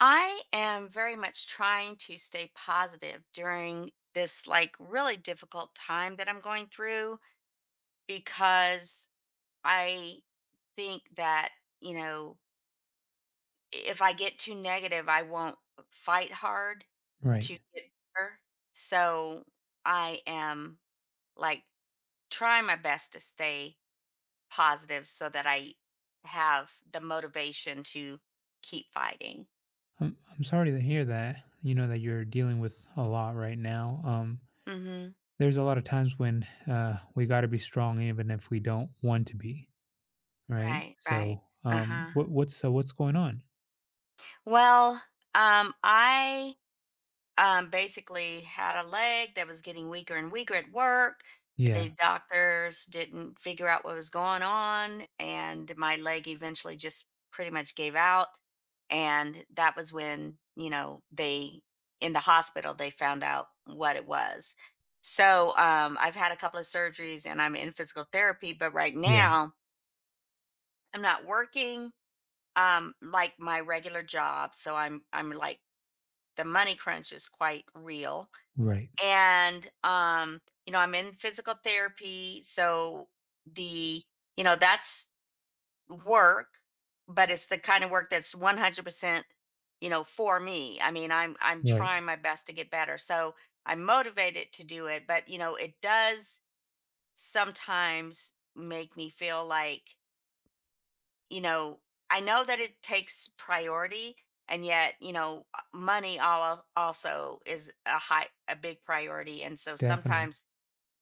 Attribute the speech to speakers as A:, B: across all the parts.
A: I am very much trying to stay positive during this like really difficult time that I'm going through because I think that, you know, if I get too negative, I won't fight hard
B: Right.
A: to get better. So I am like trying my best to stay positive so that I have the motivation to keep fighting.
B: I'm sorry to hear that. You know that you're dealing with a lot right now.
A: hmm
B: There's a lot of times when we got to be strong, even if we don't want to be. Right.
A: Right, right.
B: So,
A: Uh
B: um,
A: huh.
B: what what's so what's going on?
A: Well, I basically had a leg that was getting weaker and weaker at work.
B: Yeah.
A: The doctors didn't figure out what was going on, and my leg eventually just pretty much gave out. And that was when, you know, they in the hospital they found out what it was. So I've had a couple of surgeries and I'm in physical therapy, but right
B: Yeah.
A: now I'm not working like my regular job, so I'm like the money crunch is quite real.
B: Right.
A: And you know, I'm in physical therapy, so the you know, that's work, but it's the kind of work that's 100% you know for me. I mean, I'm
B: Right.
A: trying my best to get better, so I'm motivated to do it. But you know, it does sometimes make me feel like you know, I know that it takes priority, and yet, you know, money also is a high, a big priority. And so
B: Definitely.
A: sometimes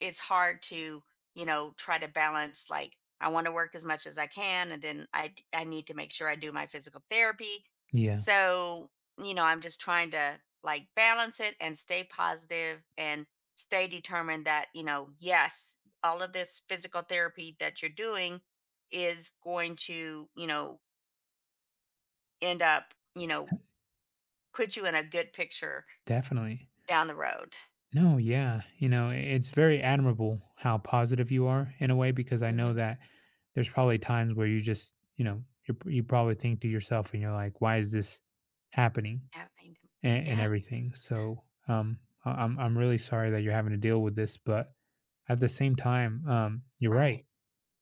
A: it's hard to you know try to balance. Like I want to work as much as I can, and then I need to make sure I do my physical therapy.
B: Yeah.
A: So you know, I'm just trying to like balance it and stay positive and stay determined that you know, yes, all of this physical therapy that you're doing is going to you know end up you know put you in a good picture
B: Definitely.
A: down the road.
B: No. Yeah. You know, it's very admirable how positive you are in a way because I know
A: hmm
B: that there's probably times where you just you probably think to yourself and you're like, why is this happening?
A: yeah,
B: And
A: yeah,
B: everything. So I'm really sorry that you're having to deal with this, but at the same time, you're right.
A: right.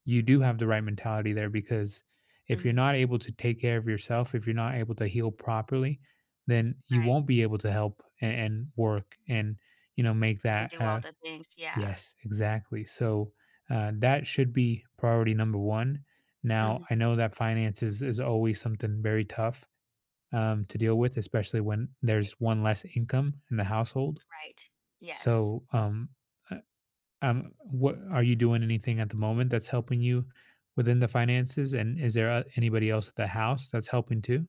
B: You do have the right mentality there because if you're
A: hmm
B: not able to take care of yourself, if you're not able to heal properly, then you
A: right.
B: won't be able to help and work and you know make
A: And
B: that.
A: do all the things, yeah.
B: Yes, exactly. So that should be priority number one. Now
A: Mhm.
B: I know that finances is always something very tough to deal with, especially when there's
A: Right,
B: one less income in the household.
A: right. Yes.
B: So, um, uh, um, what are you doing anything at the moment that's helping you within the finances? And is there anybody else at the house that's helping too?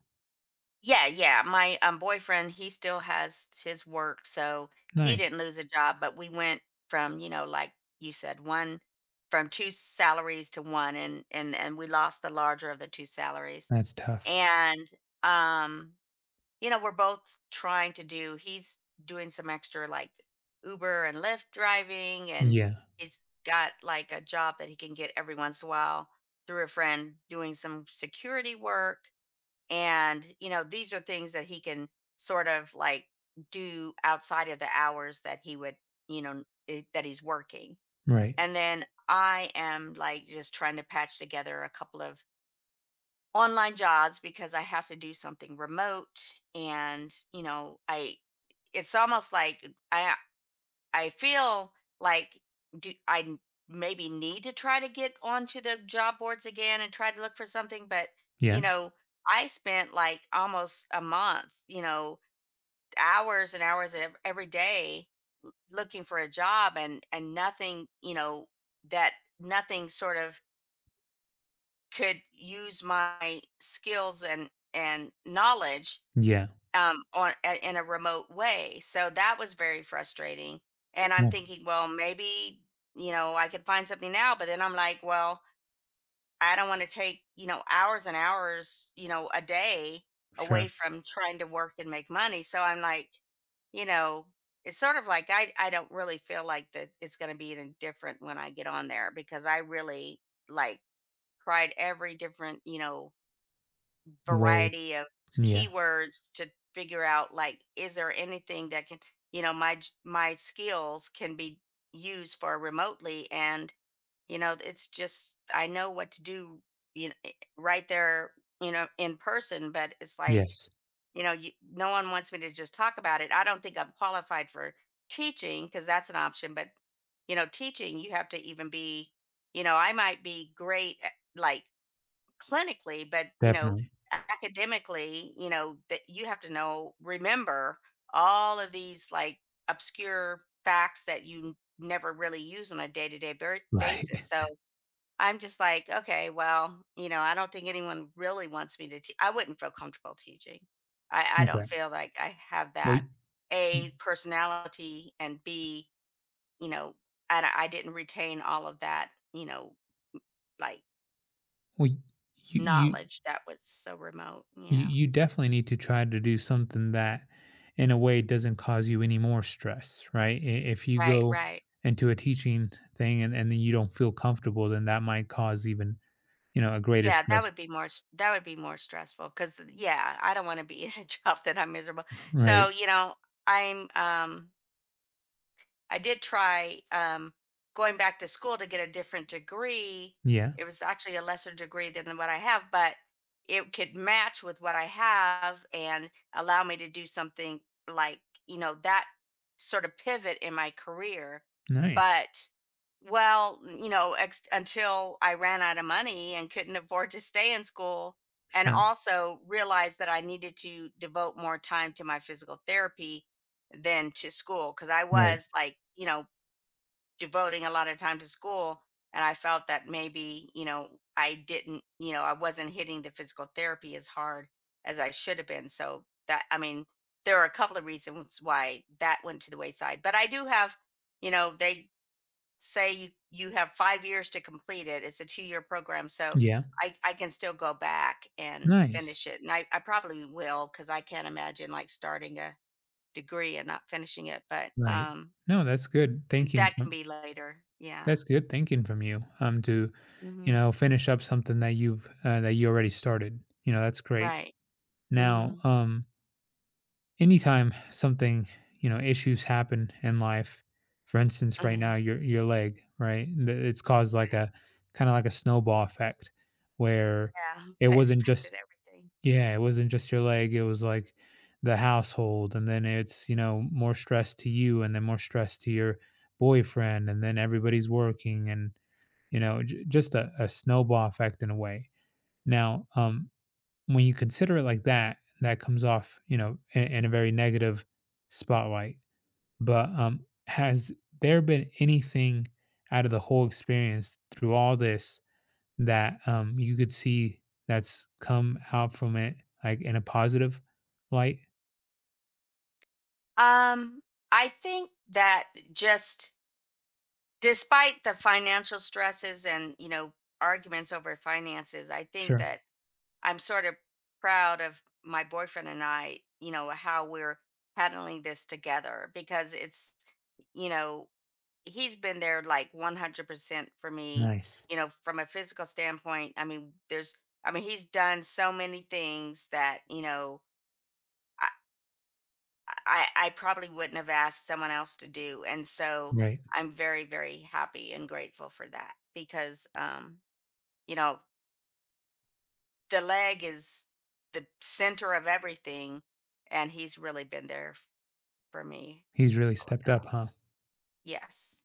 A: Yeah, yeah, my, boyfriend, he still has his work, so he
B: Nice.
A: didn't lose a job. But we went from, you know, like you said, 1 from 2 salaries to 1, and we lost the larger of the 2 salaries,
B: That's tough.
A: and, um you know, we're both trying to do, he's doing some extra like Uber and Lyft driving, and
B: Yeah.
A: he's got like a job that he can get every once in a while through a friend doing some security work. And, you know, these are things that he can sort of like do outside of the hours that he would, you know, that he's working.
B: Right.
A: And then I am like just trying to patch together a couple of online jobs because I have to do something remote. And you know, I it's almost like I I feel like do I n- maybe need to try to get onto the job boards again and try to look for something. But
B: Yeah.
A: you know, I spent like almost a month, you know, hours and hours every day looking for a job, and nothing, you know, that nothing sort of could use my skills and knowledge
B: Yeah.
A: in a remote way. So that was very frustrating. And I'm
B: Oh,
A: thinking, well, maybe you know I could find something now. But then I'm like, well, I don't want to take, you know, hours and hours, you know, a day away
B: sure.
A: from trying to work and make money. So I'm like, you know, it's sort of like I don't really feel like that it's going to be any different when I get on there because I really like tried every different, you know,
B: Way.
A: variety of
B: Yeah.
A: keywords to figure out, like, is there anything that can you know, my skills can be used for remotely. And, you know, it's just I know what to do, you know, right there, you know, in person, but it's like,
B: Yes.
A: you know, you no one wants me to just talk about it. I don't think I'm qualified for teaching because that's an option, but, you know, teaching, you have to even be you know, I might be great at, like clinically, but you know,
B: Definitely.
A: academically, you know, that you have to know, remember all of these like obscure facts that you never really use on a day to day basis.
B: Right.
A: So I'm just like, okay, well, you know, I don't think anyone really wants me to teach. I wouldn't feel comfortable teaching. I don't
B: Okay.
A: feel like I have
B: Well,
A: that
B: y-
A: A personality, and B, you know, I didn't retain all of that, you know, like
B: well, you,
A: knowledge that was so remote, you
B: you,
A: know.
B: you definitely need to try to do something that in a way doesn't cause you any more stress, right? If you
A: Right,
B: go
A: right.
B: into a teaching thing and then you don't feel comfortable, then that might cause even, you know, a greater
A: Yeah, that
B: stress.
A: would be more s that would be more stressful. Cause yeah, I don't wanna be in a job that I'm miserable.
B: Right.
A: So, you know, I'm, um I did try going back to school to get a different degree.
B: Yeah.
A: It was actually a lesser degree than what I have, but it could match with what I have and allow me to do something like, you know, that sort of pivot in my career.
B: Nice.
A: But, well, you know, until I ran out of money and couldn't afford to stay in school, and
B: Sure.
A: also realized that I needed to devote more time to my physical therapy than to school. Because I
B: Right.
A: was like, you know, devoting a lot of time to school. And I felt that maybe, you know, I didn't, you know, I wasn't hitting the physical therapy as hard as I should have been. So that, I mean, there are a couple of reasons why that went to the wayside. But I do have, you know, they say you, you have 5 years to complete it. It's a 2 year program. So
B: Yeah.
A: I can still go back and
B: Nice.
A: finish it. And I probably will because I can't imagine like starting a degree and not finishing it, but,
B: Right. No, that's good thinking
A: that can
B: from
A: be later. Yeah.
B: That's good thinking from you. To, you
A: Mhm.
B: know, finish up something that you've that you already started. You know, that's great.
A: Right.
B: Now,
A: Mhm.
B: anytime something you know issues happen in life, for instance right now
A: Mhm.
B: your leg right it's
A: Right,
B: caused like
A: right.
B: a, kind of like a snowball effect where
A: Yeah.
B: it
A: I
B: wasn't
A: inspected
B: just,
A: everything.
B: yeah it wasn't just your leg, it was like the household, and then it's you know more stress to you and then more stress to your boyfriend and then everybody's working, and you know just a snowball effect in a way. Now when you consider it like that, that comes off, you know, in a very negative spotlight. But has there been anything out of the whole experience through all this that you could see that's come out from it, like in a positive light?
A: Um, I think that just despite the financial stresses and, you know, arguments over finances, I think
B: Sure.
A: that I'm sort of proud of my boyfriend and I, you know, how we're handling this together. Because it's, you know, he's been there like 100% for me,
B: Nice.
A: you know, from a physical standpoint. I mean, there's I mean, he's done so many things that you know i I probably wouldn't have asked someone else to do. And so
B: Right.
A: I'm very very happy and grateful for that because you know, the leg is the center of everything, and he's really been there for me
B: He's really
A: all of
B: stepped up,
A: that.
B: huh?
A: Yes.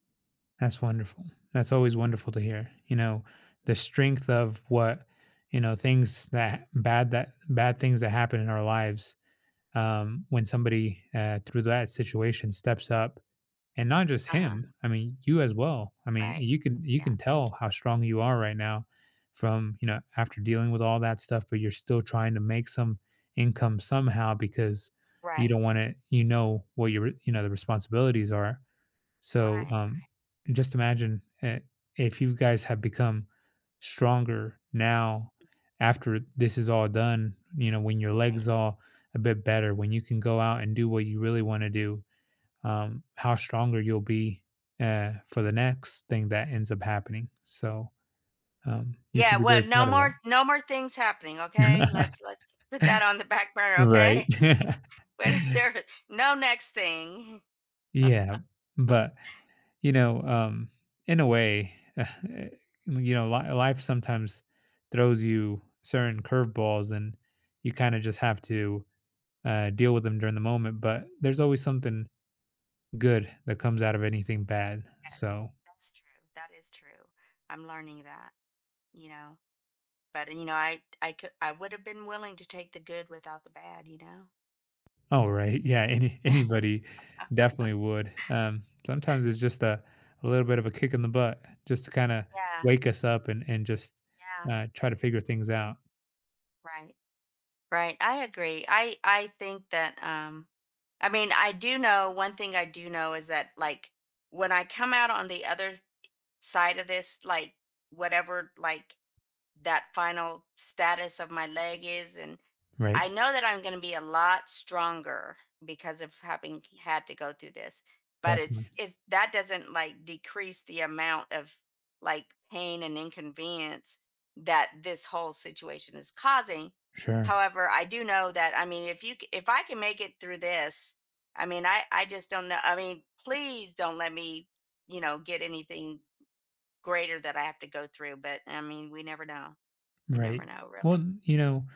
B: That's wonderful. That's always wonderful to hear. You know, the
A: Yeah.
B: strength of what, you know, things that bad things that happen in our lives, when somebody through that situation steps up, and not just
A: Uh-huh,
B: him. I mean, you as well. I mean,
A: right.
B: you
A: Yeah,
B: can
A: thank
B: tell
A: you.
B: how strong you are right now from you know after dealing with all that stuff, but you're still trying to make some income somehow because you don't
A: Right,
B: want to. You know what your you know the responsibilities are, so
A: right,
B: just imagine if you guys have become stronger now after this is all done, you know, when your
A: right.
B: legs all a bit better, when you can go out and do what you really want to do, how stronger you'll be for the next thing that ends up happening. So you
A: Yeah,
B: should be
A: well,
B: very
A: no
B: proud of
A: more no more things happening, okay?
B: that.
A: Let's put that on the back burner,
B: Right.
A: okay? But if there no next thing.
B: Yeah, but you know, in a way, you know, life sometimes throws you certain curveballs, and you kind of
A: Right.
B: just have to deal with them during the moment. But there's always something good that comes out of anything bad.
A: Yeah.
B: So,
A: That's true. That is true. I'm learning that, you know. But you know, I could I would have been willing to take the good without the bad, you know.
B: oh right, yeah, anybody definitely would. Sometimes it's just a little bit of a kick in the butt, just to kind of
A: Yeah,
B: wake us up and just
A: yeah,
B: try to figure things out.
A: right. Right. I agree. I think that I mean, I do know one thing I do know is that like when I come out on the other side of this, like whatever, like that final status of my leg is. And
B: Right,
A: I know that I'm going to be a lot stronger because of having had to go through this. But
B: definitely,
A: it's that doesn't like decrease the amount of like pain and inconvenience that this whole situation is causing.
B: sure.
A: However, I do know that I mean if you c- if I can make it through this, I mean I just don't know. I mean, please don't let me, you know, get anything greater that I have to go through, but, I mean, we never know. You never
B: Right.
A: know, really.
B: Well, you know,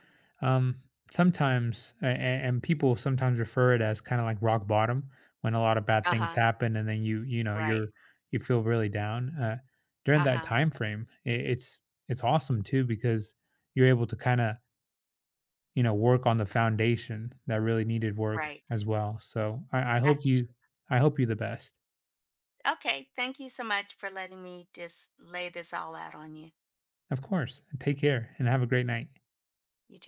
B: um, sometimes, and people sometimes refer it as kind of like rock bottom when a lot of bad things
A: Uh-huh,
B: happen, and then you know,
A: right.
B: you feel really down. During that
A: Uh-huh,
B: time frame, it's awesome too because you're able to kind of you know work on the foundation that really needed work
A: right.
B: as well. So I hope
A: That's
B: I hope you the best.
A: okay, thank you so much for letting me just lay this all out on you.
B: Of course. Take care and have a great night.
A: You too.